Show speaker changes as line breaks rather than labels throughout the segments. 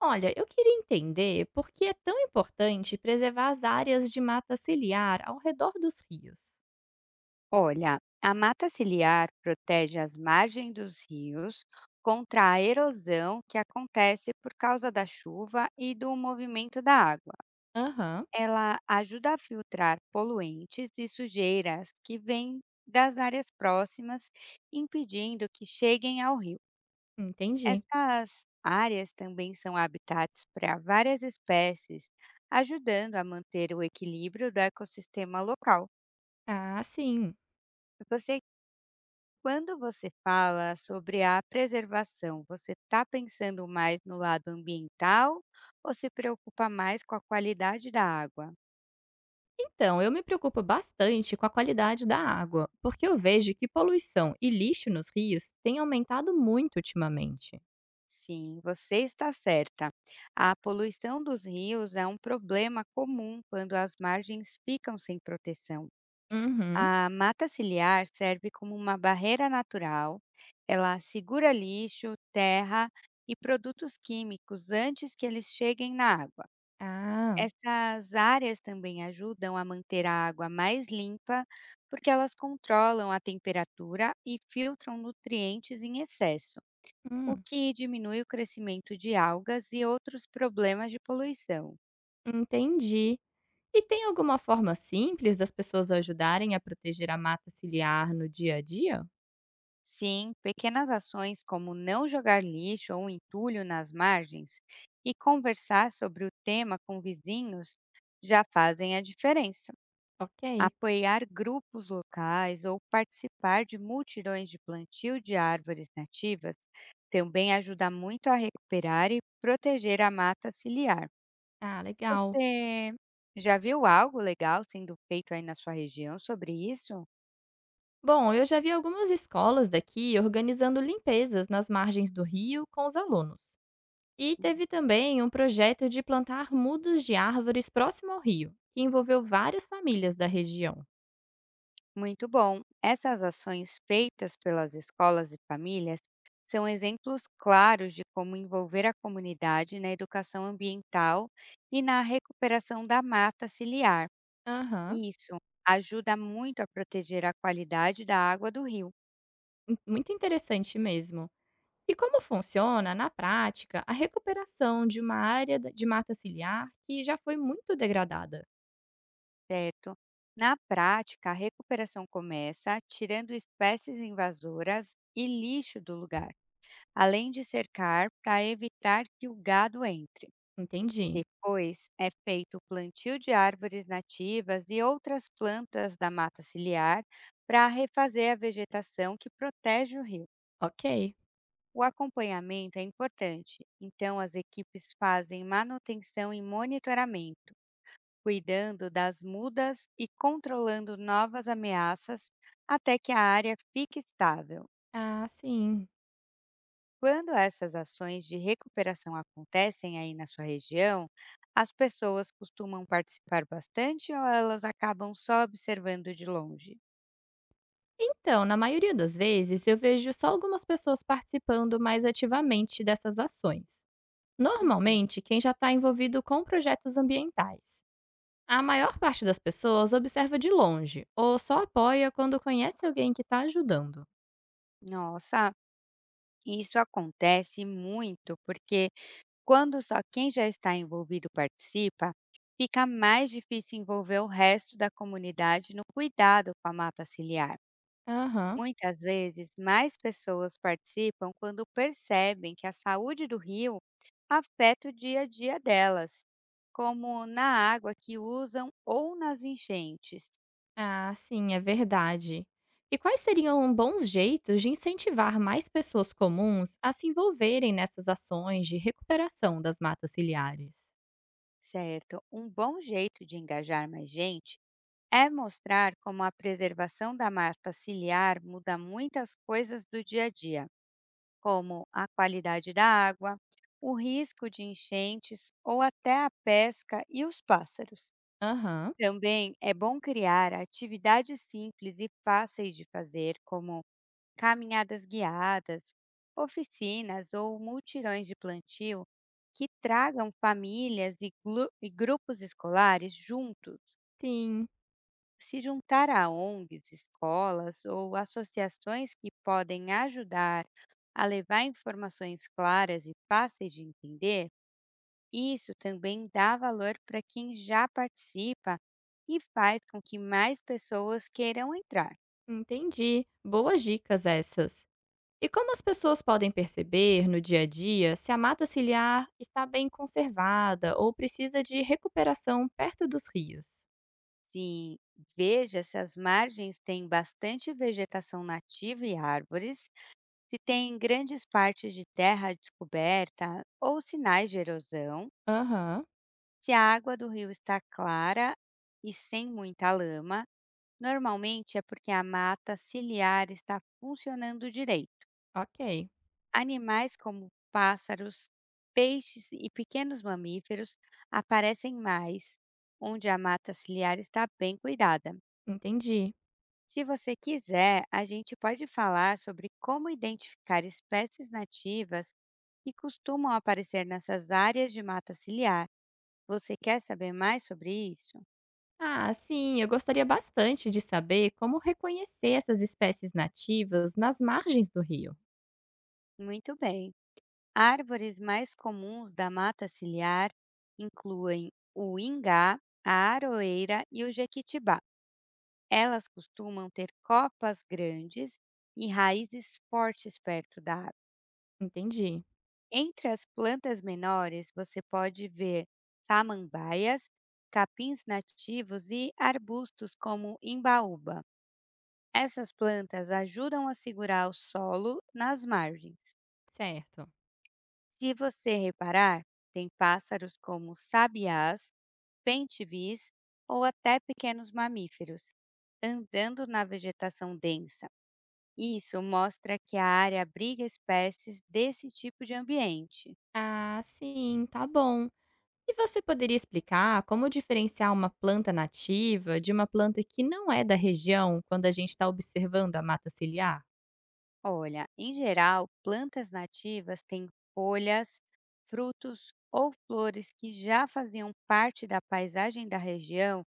Olha, eu queria entender por que é tão importante preservar as áreas de mata ciliar ao redor dos rios.
Olha, a mata ciliar protege as margens dos rios contra a erosão que acontece por causa da chuva e do movimento da água.
Aham,
Ela ajuda a filtrar poluentes e sujeiras que vêm das áreas próximas, impedindo que cheguem ao rio.
entendi.
Essas áreas também são habitats para várias espécies, ajudando a manter o equilíbrio do ecossistema local.
Ah, sim.
Você Quando você fala sobre a preservação, você está pensando mais no lado ambiental ou se preocupa mais com a qualidade da água?
Então, eu me preocupo bastante com a qualidade da água, porque eu vejo que poluição e lixo nos rios têm aumentado muito ultimamente.
Sim, você está certa. A poluição dos rios é um problema comum quando as margens ficam sem proteção.
Uhum.
A mata ciliar serve como uma barreira natural, ela segura lixo, terra e produtos químicos antes que eles cheguem na água.
Ah,
Essas áreas também ajudam a manter a água mais limpa, porque elas controlam a temperatura e filtram nutrientes em excesso, o
hum,
que diminui o crescimento de algas e outros problemas de poluição.
entendi. E tem alguma forma simples das pessoas ajudarem a proteger a mata ciliar no dia a dia?
Sim, pequenas ações como não jogar lixo ou entulho nas margens e conversar sobre o tema com vizinhos já fazem a diferença.
Ok.
Apoiar grupos locais ou participar de multirões de plantio de árvores nativas também ajuda muito a recuperar e proteger a mata ciliar.
Ah, legal.
Você já viu algo legal sendo feito aí na sua região sobre isso?
Bom, eu já vi algumas escolas daqui organizando limpezas nas margens do rio com os alunos. E teve também um projeto de plantar mudas de árvores próximo ao rio, que envolveu várias famílias da região.
Muito bom! Essas ações feitas pelas escolas e famílias são exemplos claros de como envolver a comunidade na educação ambiental e na recuperação da mata ciliar.
Aham,
Isso ajuda muito a proteger a qualidade da água do rio,
muito interessante mesmo. E como funciona, na prática, a recuperação de uma de mata ciliar que já foi muito degradada?
certo? Na prática, a recuperação começa tirando espécies invasoras e lixo do lugar, além de cercar para evitar que o gado entre.
Entendi.
Depois é feito o plantio de árvores nativas e outras plantas da mata ciliar para refazer a vegetação que protege o rio.
Ok.
O acompanhamento é importante, então as equipes fazem manutenção e monitoramento, cuidando das mudas e controlando novas ameaças até que a área fique estável.
Ah, sim.
Quando essas ações de recuperação acontecem aí na sua região, as pessoas costumam participar bastante ou elas acabam só observando de longe?
Então, na maioria das vezes, eu vejo só algumas pessoas participando mais ativamente dessas ações.
Uhum.
Normalmente, quem já está envolvido com projetos ambientais. A maior parte das pessoas observa de longe ou só apoia quando conhece alguém que está ajudando.
Nossa, isso acontece muito porque, quando só quem já está envolvido participa, fica mais difícil envolver o resto da comunidade no cuidado com a mata ciliar.
Aham.
Muitas vezes, mais pessoas participam quando percebem que a saúde do rio afeta o dia a dia delas, como na água que usam ou nas enchentes,
Ah, sim, é verdade. E quais seriam bons jeitos de incentivar mais pessoas comuns a se envolverem nessas ações de recuperação das matas ciliares?
certo? Um bom jeito de engajar mais gente é mostrar como a preservação da mata ciliar muda muitas coisas do dia a dia, como a qualidade da água, o risco de enchentes ou até a pesca e os pássaros.
Aham,
Também é bom criar atividades simples e fáceis de fazer, como caminhadas guiadas, oficinas ou multirões de plantio, que tragam famílias e e grupos escolares juntos.
sim.
Se juntar a ONGs, escolas ou associações que podem ajudar a levar informações claras e fáceis de entender, isso também dá valor para quem já participa e faz com que mais pessoas queiram entrar.
Entendi. Boas dicas essas. E como as pessoas podem perceber no dia a dia se a mata ciliar está bem conservada ou precisa de recuperação perto dos rios?
Sim, veja se as margens têm bastante vegetação nativa e árvores, se tem grandes partes de terra descoberta ou sinais de erosão.
Aham,
Se a água do rio está clara e sem muita lama, normalmente é porque a mata ciliar está funcionando direito.
ok,
Animais como pássaros, peixes e pequenos mamíferos aparecem mais onde a mata ciliar está bem cuidada.
entendi.
Se você quiser, a gente pode falar sobre como identificar espécies nativas que costumam aparecer nessas áreas de mata ciliar. Você quer saber mais sobre isso?
Ah, sim, eu gostaria bastante de saber como reconhecer essas espécies nativas nas margens do rio.
Muito bem. Árvores mais comuns da mata ciliar incluem o ingá, a aroeira e o jequitibá. Elas costumam ter copas grandes e raízes fortes perto da árvore.
Entendi,
Entre as plantas menores, você pode ver samambaias, capins nativos e arbustos como imbaúba. Essas plantas ajudam a segurar o solo nas margens.
certo.
Se você reparar, tem pássaros como sabiás, pentivis ou até pequenos mamíferos, andando na vegetação densa. Isso mostra que a área abriga espécies desse tipo de ambiente.
Ah, sim, tá bom. E você poderia explicar como diferenciar uma planta nativa de uma planta que não é da região quando a gente está observando a mata ciliar?
Olha, em geral, plantas nativas têm folhas, frutos ou flores que já faziam parte da paisagem da região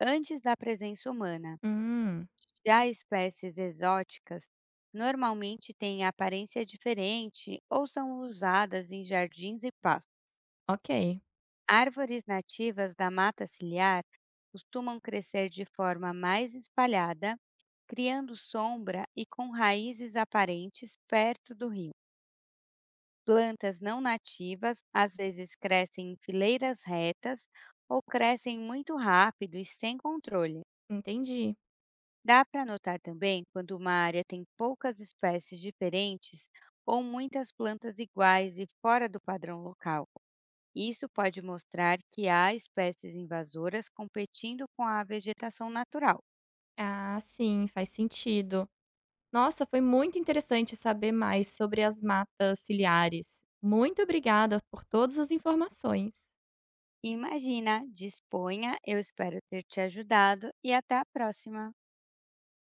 antes da presença humana.
Hum,
Já espécies exóticas normalmente têm aparência diferente ou são usadas em jardins e pastos.
ok,
Árvores nativas da mata ciliar costumam crescer de forma mais espalhada, criando sombra e com raízes aparentes perto do rio. Plantas não nativas às vezes crescem em fileiras retas ou crescem muito rápido e sem controle.
entendi.
Dá para notar também quando uma área tem poucas espécies diferentes ou muitas plantas iguais e fora do padrão local. Isso pode mostrar que há espécies invasoras competindo com a vegetação natural.
Ah, sim, faz sentido. Nossa, foi muito interessante saber mais sobre as matas ciliares. Muito obrigada por todas as informações.
Imagina, disponha, eu espero ter te ajudado e até a próxima!